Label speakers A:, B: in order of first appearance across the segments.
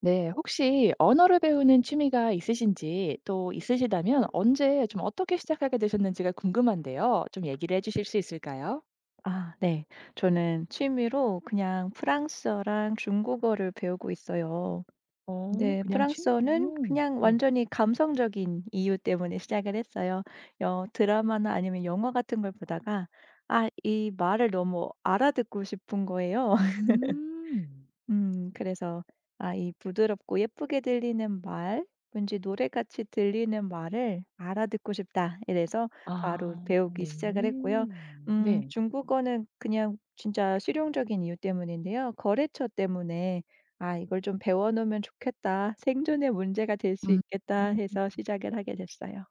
A: 네. 혹시 언어를 배우는 취미가 있으신지 또 있으시다면 언제 좀 어떻게 시작하게 되셨는지가 궁금한데요. 좀 얘기를 해 주실 수 있을까요?
B: 아 네. 저는 취미로 그냥 프랑스어랑 중국어를 배우고 있어요. 근데
A: 그냥
B: 프랑스어는
A: 취미로.
B: 그냥
A: 네.
B: 완전히 감성적인 이유 때문에 시작을 했어요. 드라마나 아니면 영화 같은 걸 보다가 아 이 말을 너무 알아듣고 싶은 거예요.
A: 음.
B: 그래서 아 이 부드럽고 예쁘게 들리는 말 왠지 노래같이 들리는 말을 알아듣고 싶다. 이래서 바로
A: 아
B: 배우기
A: 네.
B: 시작을 했고요.
A: 네.
B: 중국어는 그냥 진짜 실용적인 이유 때문인데요. 거래처 때문에 '아 이걸 좀 배워 놓으면 좋겠다. 생존의 문제가 될 수
A: 음.
B: 있겠다.' 해서 시작을 하게 됐어요.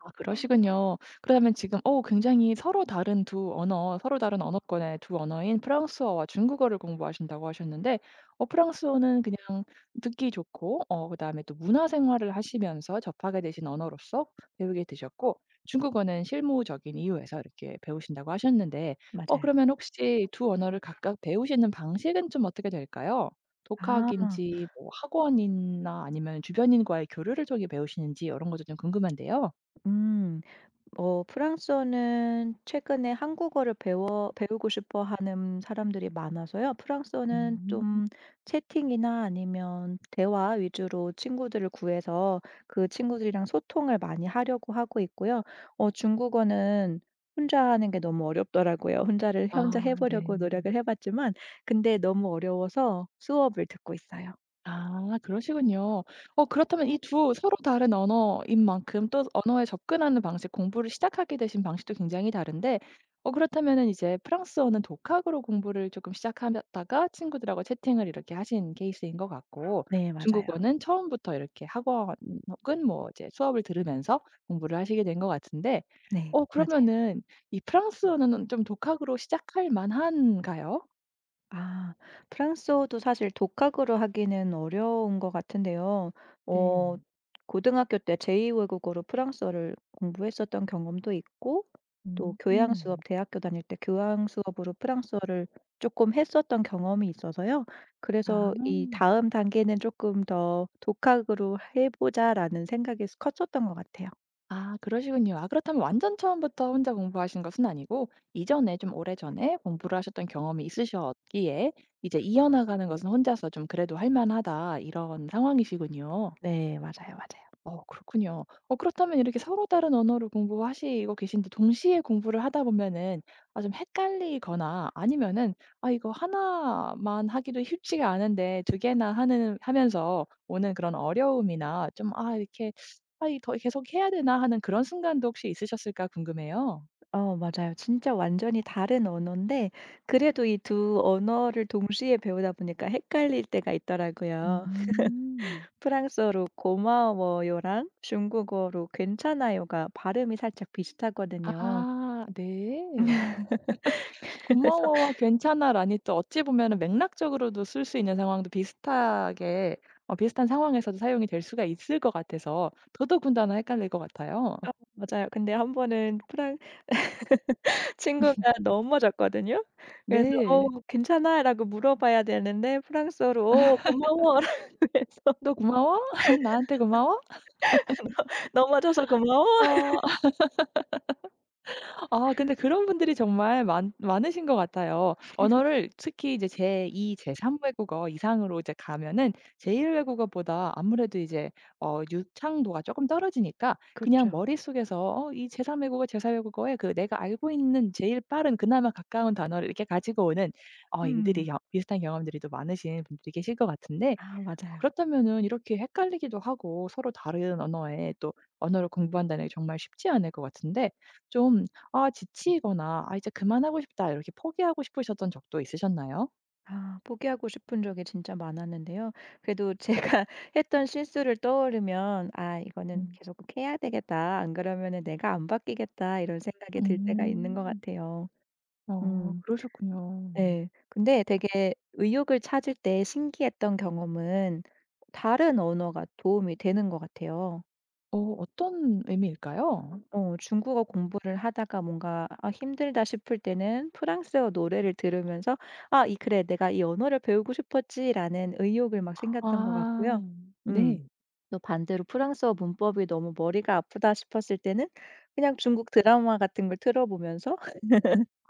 A: 아 그러시군요. 그러면 지금 굉장히 서로 다른 두 언어, 서로 다른 언어권의 두 언어인 프랑스어와 중국어를 공부하신다고 하셨는데 프랑스어는 그냥 듣기 좋고 그다음에 또 문화 생활을 하시면서 접하게 되신 언어로서 배우게 되셨고 중국어는 실무적인 이유에서 이렇게 배우신다고 하셨는데
B: 맞아요.
A: 그러면 혹시 두 언어를 각각 배우시는 방식은 좀 어떻게 될까요?
B: 아.
A: 독학인지 뭐 학원이나 아니면 주변인과의 교류를 통해 배우시는지 이런 것도 좀 궁금한데요.
B: 음. 어 프랑스어는 최근에 한국어를 배워 배우고 싶어 하는 사람들이 많아서요. 프랑스어는
A: 음.
B: 좀 채팅이나 아니면 대화 위주로 친구들을 구해서 그 친구들이랑 소통을 많이 하려고 하고 있고요. 어 중국어는 혼자 하는 게 너무 어렵더라고요. 혼자
A: 아
B: 해
A: 네.
B: 보려고 노력을 해 봤지만 근데 너무 어려워서 수업을 듣고 있어요.
A: 아 그러시군요. 그렇다면 이 두 서로 다른 언어인 만큼 또 언어에 접근하는 방식 공부를 시작하게 되신 방식도 굉장히 다른데 그렇다면은 이제 프랑스어는 독학으로 공부를 조금 시작하다가 친구들하고 채팅을 이렇게 하신 케이스인 것 같고
B: 네 맞아요.
A: 중국어는 처음부터 이렇게 학원 혹은 뭐 이제 수업을 들으면서 공부를 하시게 된 것 같은데
B: 네 맞아요.
A: 그러면은 이 프랑스어는 좀 독학으로 시작할 만한가요?
B: 아 프랑스어도 사실 독학으로 하기는 어려운 것 같은데요.
A: 네.
B: 어 고등학교 때 제2 외국어로 프랑스어를 공부했었던 경험도 있고 또 교양 수업
A: 음.
B: 대학교 다닐 때 교양 수업으로 프랑스어를 조금 했었던 경험이 있어서요.
A: 아.
B: 그래서 이 '다음 단계는 조금 더 독학으로 해 보자.'라는 생각이 컸었던 것 같아요.
A: 아 그러시군요. 아 그렇다면 완전 처음부터 혼자 공부하신 것은 아니고 이전에 좀 오래전에 공부를 하셨던 경험이 있으셨기에 이제 이어나가는 것은 혼자서 좀 그래도 할 만하다 이런 상황이시군요.
B: 네 맞아요, 맞아요.
A: 그렇군요. 그렇다면 이렇게 서로 다른 언어를 공부하시고 계신데 동시에 공부를 하다 보면은 아 좀 헷갈리거나 아니면은 '아 이거 하나만 하기도 쉽지가 않은데 두 개나 하는 하면서 오는 그런 어려움이나 좀 아 이렇게 '아 이 더 계속 해야 되나?' 하는 그런 순간도 혹시 있으셨을까 궁금해요.
B: 어 맞아요. 진짜 완전히 다른 언어인데 그래도 이 두 언어를 동시에 배우다 보니까 헷갈릴 때가 있더라고요.
A: 음.
B: 프랑스어로 고마워요랑 중국어로 괜찮아요가 발음이 살짝 비슷하거든요.
A: 아 네.
B: 그래서
A: 고마워와 괜찮아라니 또 어찌 보면은 맥락적으로도 쓸 수 있는 상황도 비슷하게 비슷한 상황에서도 사용이 될 수가 있을 것 같아서 더더군다나 헷갈릴 것 같아요.
B: 어 맞아요. 근데 한 번은 프랑 친구가 넘어졌거든요. 그래서 "어
A: 네.
B: 괜찮아?"라고 물어봐야 되는데 프랑스어로 "어 고마워." 라고 해서
A: "너 고마워? 나한테 고마워?
B: "넘어져서 고마워."
A: 어 아 근데 그런 분들이 정말 많 많으신 것 같아요. 언어를 특히 이제 제2, 제3 외국어 이상으로 이제 가면은 제1 외국어보다 아무래도 이제 유창도가 조금 떨어지니까
B: 그
A: 그냥
B: 죠
A: 머릿속에서 이 제3 외국어, 제4 외국어에 그 내가 알고 있는 제일 빠른 그나마 가까운 단어를 이렇게 가지고 오는 일들이
B: 음.
A: 겨 비슷한 경험들이 또 많으신 분들이 계실 것 같은데
B: 아 맞아요.
A: 그렇다면은 이렇게 헷갈리기도 하고 서로 다른 언어에 또 언어를 공부한다는 게 정말 쉽지 않을 것 같은데 좀 아 지치거나 '아 이제 그만하고 싶다.' 이렇게 포기하고 싶으셨던 적도 있으셨나요?
B: 아 포기하고 싶은 적이 진짜 많았는데요. 그래도 제가 했던 실수를 떠올리면 '아 이거는
A: 음.
B: 계속 꼭 해야 되겠다. 안 그러면은 내가 안 바뀌겠다.' 이런 생각이 들 때가 있는 것
A: 음.
B: 같아요.
A: 아
B: 음
A: 그러셨군요.
B: 네. 근데 되게 의욕을 찾을 때 신기했던 경험은 다른 언어가 도움이 되는 것 같아요.
A: 어떤 의미일까요?
B: 어 중국어 공부를 하다가 뭔가 아 힘들다 싶을 때는 프랑스어 노래를 들으면서 '아 이 그래 내가 이 언어를 배우고 싶었지.'라는 의욕을 막 생겼던 것
A: 아.
B: 같고요. 음.
A: 네.
B: 또 반대로 프랑스어 문법이 너무 머리가 아프다 싶었을 때는 그냥 중국 드라마 같은 걸 틀어 보면서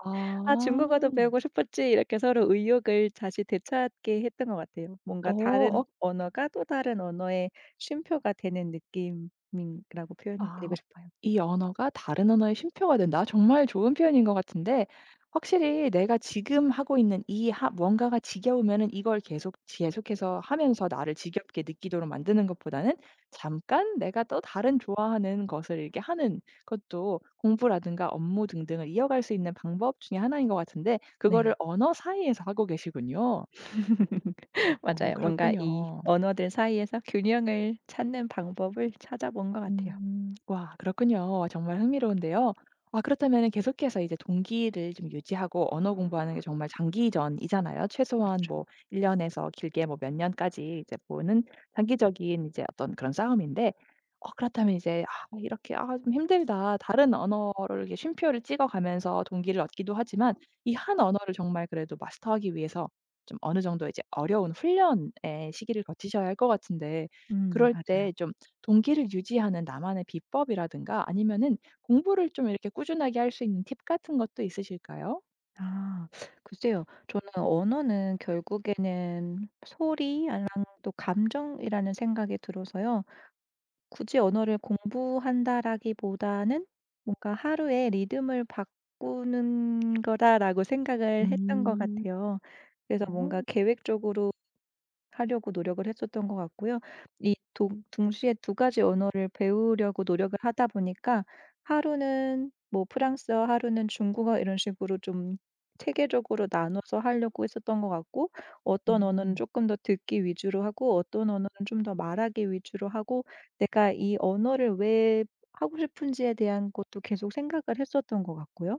A: 아.
B: '아
A: 어.
B: 중국어도 배우고 싶었지.' 이렇게 서로 의욕을 다시 되찾게 했던 것 같아요. 뭔가
A: 어
B: 다른 언어가 또 다른 언어의 쉼표가 되는 느낌이라고
A: 아.
B: 표현드리고 싶어요.
A: '이 언어가 다른 언어의 쉼표가 된다.' 정말 좋은 표현인 것 같은데 확실히 내가 지금 하고 있는 이하가가 지겨우면은 이걸 계속해서 하면서 나를 지겹게 느끼도록 만드는 것보다는 잠깐 내가 또 다른 좋아하는 것을 이렇게 하는 것도 공부라든가 업무 등등을 이어갈 수 있는 방법 중에 하나인 것 같은데 그거를
B: 네.
A: 언어 사이에서 하고 계시군요. 오
B: 맞아요. 뭔가 이
A: 그렇군요.
B: 언어들 사이에서 균형을 찾는 방법을 찾아본 것 같아요.
A: 음. 와 그렇군요. 정말 흥미로운데요. 아 그렇다면 계속해서 이제 동기를 좀 유지하고 언어 공부하는 게 정말 장기전이잖아요. 최소한 뭐
B: 그
A: 1 년에서 길게 뭐 몇 년까지 이제 보는 장기적인 이제 어떤 그런 싸움인데 그렇다면 이제 '아 이렇게 아 좀 힘들다.' 다른 언어를 이렇게 쉼표를 찍어 가면서 동기를 얻기도 하지만 이 한 언어를 정말 그래도 마스터하기 위해서 좀 어느 정도 이제 어려운 훈련의 시기를 거치셔야 할 것 같은데 그럴
B: 맞아요.
A: 때좀 동기를 유지하는 나만의 비법이라든가 아니면은 공부를 좀 이렇게 꾸준하게 할 수 있는 팁 같은 것도 있으실까요?
B: 아 글쎄요. 저는 언어는 결국에는 소리랑 또 감정이라는 생각이 들어서요. 굳이 언어를 공부한다라기보다는 뭔가 '하루의 리듬을 바꾸는 거다.'라고 생각을 했던 것
A: 음.
B: 같아요. 그래서
A: 어.
B: 뭔가 계획적으로 하려고 노력을 했었던 것 같고요. 이 동 동시에 두 가지 언어를 배우려고 노력을 하다 보니까 하루는 뭐 프랑스어, 하루는 중국어 이런 식으로 좀 체계적으로 나눠서 하려고 했었던 것 같고 어떤 언어는
A: 음.
B: 조금 더 듣기 위주로 하고 어떤 언어는 좀 더 말하기 위주로 하고 내가 이 언어를 왜 하고 싶은지에 대한 것도 계속 생각을 했었던 것 같고요.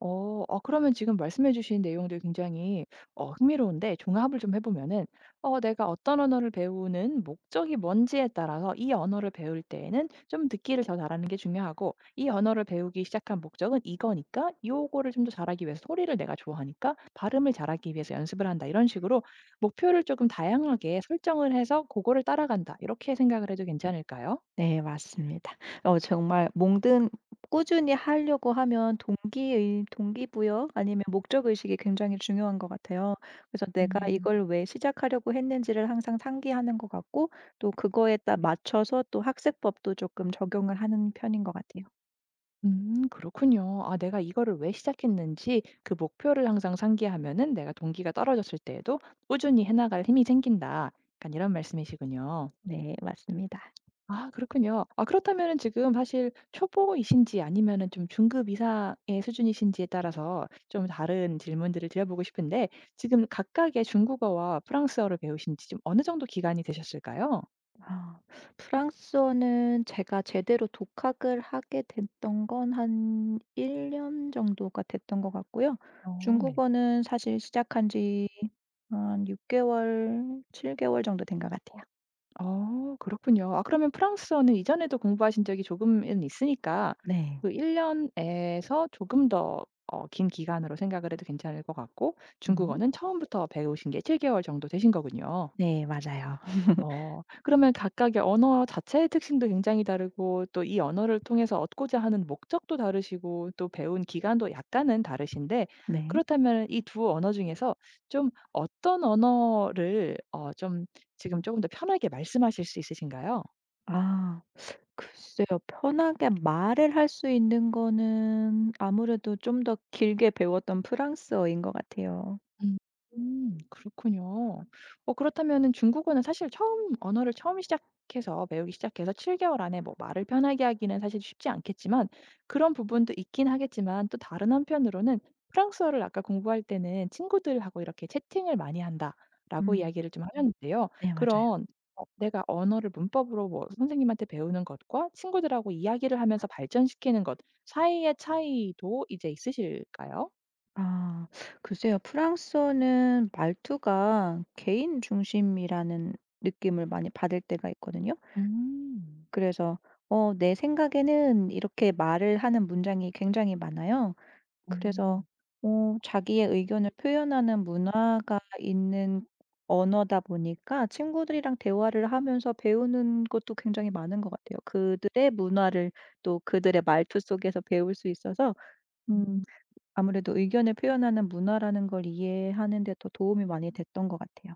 A: 어. 아 그러면 지금 말씀해 주신 내용들 굉장히 흥미로운데 종합을 좀 해 보면은 내가 어떤 언어를 배우는 목적이 뭔지에 따라서 이 언어를 배울 때에는 좀 듣기를 더 잘하는 게 중요하고 이 언어를 배우기 시작한 목적은 이거니까 요거를 좀 더 잘하기 위해서 소리를 내가 좋아하니까 발음을 잘하기 위해서 연습을 한다. 이런 식으로 목표를 조금 다양하게 설정을 해서 그거를 따라간다. 이렇게 생각을 해도 괜찮을까요?
B: 네 맞습니다. 어 정말 뭐든 꾸준히 하려고 하면 동기의 동기부여 아니면 목적의식이 굉장히 중요한 것 같아요. 그래서 내가
A: 음.
B: 이걸 왜 시작하려고 했는지를 항상 상기하는 것 같고 또 그거에 따 맞춰서 또 학습법도 조금 적용을 하는 편인 것 같아요.
A: 그렇군요. 아 내가 이거를 왜 시작했는지 그 목표를 항상 상기하면은 내가 동기가 떨어졌을 때에도 꾸준히 해 나갈 힘이 생긴다. 약간 이런 말씀이시군요.
B: 네 맞습니다.
A: 아 그렇군요. 아 그렇다면은 지금 사실 초보이신지 아니면은 좀 중급 이상의 수준이신지에 따라서 좀 다른 질문들을 드려보고 싶은데 지금 각각의 중국어와 프랑스어를 배우신 지 좀 어느 정도 기간이 되셨을까요?
B: 아 프랑스어는 제가 제대로 독학을 하게 됐던 건 한 1년 정도가 됐던 것 같고요.
A: 어 네.
B: 중국어는 사실 시작한 지 한 6 개월, 7 개월 정도 된 것 같아요.
A: 그렇군요. 아 그러면 프랑스어는 이전에도 공부하신 적이 조금은 있으니까
B: 네.
A: 그 1 년에서 조금 더 긴 기간으로 생각을 해도 괜찮을 것 같고
B: 음.
A: 중국어는 처음부터 배우신 게 7 개월 정도 되신 거군요.
B: 네. 맞아요.
A: 어. 그러면 각각의 언어 자체의 특징도 굉장히 다르고 또 이 언어를 통해서 얻고자 하는 목적도 다르시고 또 배운 기간도 약간은 다르신데 그
B: 네.
A: 렇다면 이 두 언어 중에서 좀 어떤 언어를 좀 지금 조금 더 편하게 말씀하실 수 있으신가요?
B: 아. 글쎄요. 편하게 말을 할 수 있는 거는 아무래도 좀 더 길게 배웠던 프랑스어인 것 같아요.
A: 음. 그렇군요. 그렇다면은 중국어는 사실 처음 언어를 처음 시작해서 배우기 시작해서 7 개월 안에 뭐 말을 편하게 하기는 사실 쉽지 않겠지만 그런 부분도 있긴 하겠지만 또 다른 한편으로는 프랑스어를 아까 공부할 때는 친구들하고 이렇게 "채팅을 많이 한다."라고
B: 음.
A: 이야기를 좀 하셨는데요.
B: 네. 맞아요.
A: 그런 내가 언어를 문법으로 뭐 선생님한테 배우는 것과 친구들하고 이야기를 하면서 발전시키는 것 사이의 차이도 이제 있으실까요?
B: 아. 글쎄요. 프랑스어는 말투가 개인 중심이라는 느낌을 많이 받을 때가 있거든요.
A: 음.
B: 그래서 어 "내 생각에는" 이렇게 말을 하는 문장이 굉장히 많아요. 그래서
A: 음.
B: 어 자기의 의견을 표현하는 문화가 있는 언어다 보니까 친구들이랑 대화를 하면서 배우는 것도 굉장히 많은 것 같아요. 그들의 문화를 또 그들의 말투 속에서 배울 수 있어서 음
A: 음.
B: 아무래도 의견을 표현하는 문화라는 걸 이해하는 데 더 도움이 많이 됐던 것 같아요.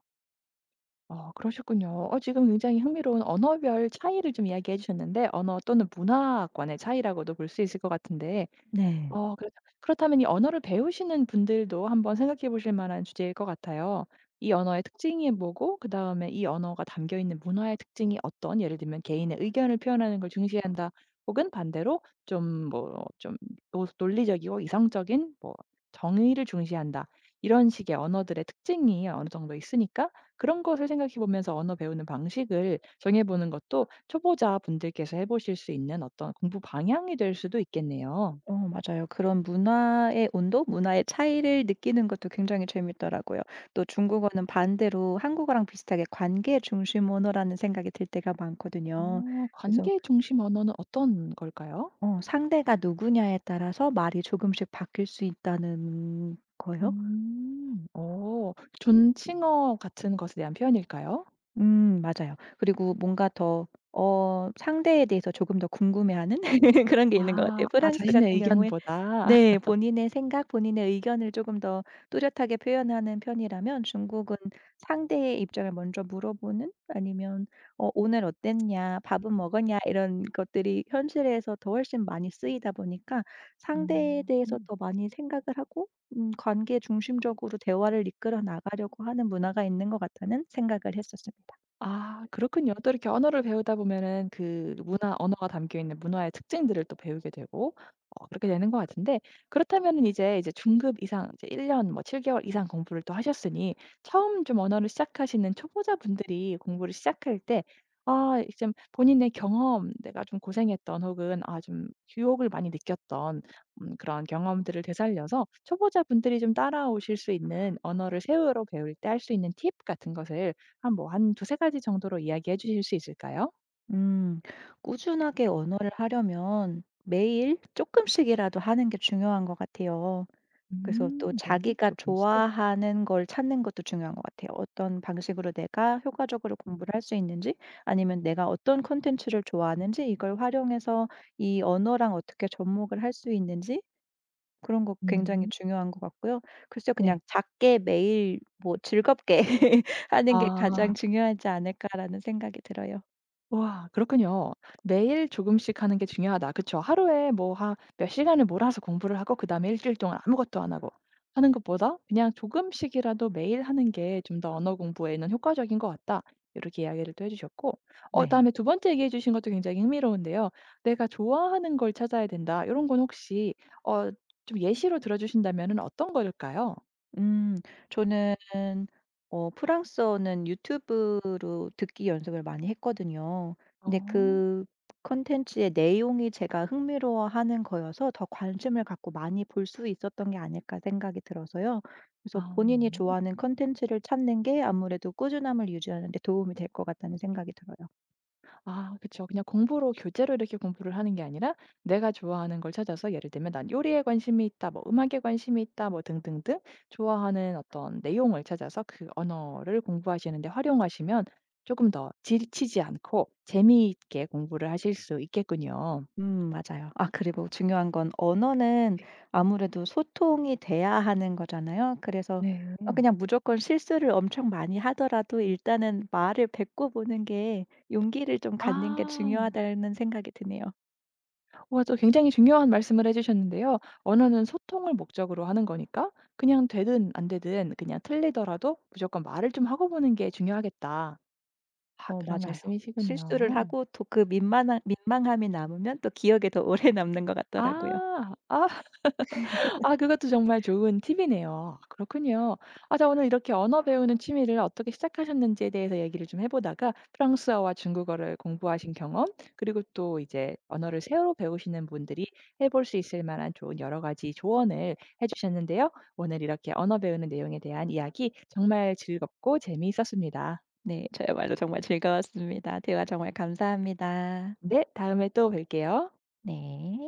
A: 그러셨군요. 지금 굉장히 흥미로운 언어별 차이를 좀 이야기해 주셨는데 언어 또는 문화권의 차이라고도 볼 수 있을 것 같은데
B: 네.
A: 그렇다. 그렇다면 이 언어를 배우시는 분들도 한번 생각해 보실 만한 주제일 것 같아요. 이 언어의 특징이 뭐고 그다음에 이 언어가 담겨 있는 문화의 특징이 어떤 예를 들면 개인의 의견을 표현하는 걸 중시한다 혹은 반대로 좀 뭐 좀 노 논리적이고 이성적인 뭐 정의를 중시한다. 이런 식의 언어들의 특징이 어느 정도 있으니까 그런 것을 생각해 보면서 언어 배우는 방식을 정해 보는 것도 초보자분들께서 해 보실 수 있는 어떤 공부 방향이 될 수도 있겠네요.
B: 어 맞아요. 그런 문화의 온도, 문화의 차이를 느끼는 것도 굉장히 재밌더라고요. 또 중국어는 반대로 한국어랑 비슷하게 관계 중심 언어라는 생각이 들 때가 많거든요. 그래서
A: 관계 중심 언어는 어떤 걸까요?
B: 어 상대가 누구냐에 따라서 말이 조금씩 바뀔 수 있다는 거요?
A: 음. 존칭어 같은 것에 대한 표현일까요?
B: 맞아요. 그리고 뭔가 더 어 상대에 대해서 조금 더 궁금해하는 그런 게 있는 것
A: 아.
B: 같아요.
A: 아
B: 프랑스
A: 자신의
B: 같은 경우에
A: 의견보다.
B: 네. 본인의 생각, 본인의 의견을 조금 더 뚜렷하게 표현하는 편이라면 중국은 상대의 입장을 먼저 물어보는 아니면 "어 오늘 어땠냐? 밥은 먹었냐?" 이런 것들이 현실에서 더 훨씬 많이 쓰이다 보니까 상대에 대해서
A: 음.
B: 더 많이 생각을 하고 관계 중심적으로 대화를 이끌어 나가려고 하는 문화가 있는 것 같다는 생각을 했었습니다.
A: 아 그렇군요. 또 이렇게 언어를 배우다 보면은 그 문화 언어가 담겨 있는 문화의 특징들을 또 배우게 되고 그렇게 되는 것 같은데 그렇다면은 이제 중급 이상 이제 1년 뭐 7 개월 이상 공부를 또 하셨으니 처음 좀 언어를 시작하시는 초보자분들이 공부를 시작할 때 아 좀 본인의 경험 내가 좀 고생했던 혹은 아 좀 유혹을 많이 느꼈던 그런 경험들을 되살려서 초보자분들이 좀 따라오실 수 있는 언어를 새로 배울 때 할 수 있는 팁 같은 것을 한 뭐 한 두세 가지 정도로 이야기해 주실 수 있을까요?
B: 음. 꾸준하게 언어를 하려면 매일 조금씩이라도 하는 게 중요한 것 같아요. 그래서 또
A: 음. 매일
B: 자기가
A: 조금씩?
B: 좋아하는 걸 찾는 것도 중요한 것 같아요. 어떤 방식으로 내가 효과적으로 공부를 할 수 있는지 아니면 내가 어떤 콘텐츠를 좋아하는지 이걸 활용해서 이 언어랑 어떻게 접목을 할 수 있는지 그런 거 굉장히
A: 음.
B: 중요한 것 같고요. 글쎄요.
A: 네.
B: 그냥 작게 매일 뭐 즐겁게 하는 게 가장
A: 아.
B: 중요하지 않을까라는 생각이 들어요.
A: 와 그렇군요. 매일 조금씩 하는 게 중요하다. 그쵸. 하루에 뭐 한 몇 시간을 몰아서 공부를 하고 그다음에 일주일 동안 아무것도 안 하고 하는 것보다 그냥 조금씩이라도 매일 하는 게 좀 더 언어 공부에는 효과적인 것 같다. 이렇게 이야기를 또 해 주셨고
B: 네.
A: 그다음에 두 번째 얘기해 주신 것도 굉장히 흥미로운데요. "내가 좋아하는 걸 찾아야 된다." 이런 건 혹시 어 좀 예시로 들어 주신다면은 어떤 걸까요?
B: 음. 저는 어 프랑스어는 유튜브로 듣기 연습을 많이 했거든요.
A: 어.
B: 근데 그 컨텐츠의 내용이 제가 흥미로워하는 거여서 더 관심을 갖고 많이 볼 수 있었던 게 아닐까 생각이 들어서요. 그래서
A: 아
B: 본인이
A: 네.
B: 좋아하는 컨텐츠를 찾는 게 아무래도 꾸준함을 유지하는 데 도움이 될 것 같다는 생각이 들어요.
A: 아 그쵸. 그냥 공부로 교재로 이렇게 공부를 하는 게 아니라 내가 좋아하는 걸 찾아서 예를 들면 '난 요리에 관심이 있다.' 뭐 '음악에 관심이 있다.' 뭐 등등등 좋아하는 어떤 내용을 찾아서 그 언어를 공부하시는 데 활용하시면 조금 더 지치지 않고 재미있게 공부를 하실 수 있겠군요.
B: 맞아요. 아 그리고 중요한 건 언어는
A: 네.
B: 아무래도 소통이 돼야 하는 거잖아요. 그래서
A: 네.
B: 어 그냥 무조건 실수를 엄청 많이 하더라도 일단은 말을 뱉고 보는 게 '용기를 좀 갖는 게
A: 아.
B: 중요하다.'는 생각이 드네요.
A: 와 또 굉장히 중요한 말씀을 해 주셨는데요. 언어는 소통을 목적으로 하는 거니까 그냥 되든 안 되든 그냥 틀리더라도 무조건 말을 좀 하고 보는 게 중요하겠다. 아
B: 어
A: 그런
B: 맞아요. 실수를
A: 말씀이시군요.
B: 하고 또 그민한 민망함이 남으면 또 기억에 더 오래 남는 것 같더라고요.
A: 아. 아 아 그것도 정말 좋은 팁이네요. 그렇군요. 아 자 오늘 이렇게 언어 배우는 취미를 어떻게 시작하셨는지에 대해서 얘기를 좀 해 보다가 프랑스어와 중국어를 공부하신 경험 그리고 또 이제 언어를 새로 배우시는 분들이 해볼 수 있을 만한 좋은 여러 가지 조언을 해 주셨는데요. 오늘 이렇게 언어 배우는 내용에 대한 이야기 정말 즐겁고 재미있었습니다.
B: 네. 저야말로 정말 즐거웠습니다. 대화 정말 감사합니다.
A: 네. 다음에 또 뵐게요.
B: 네.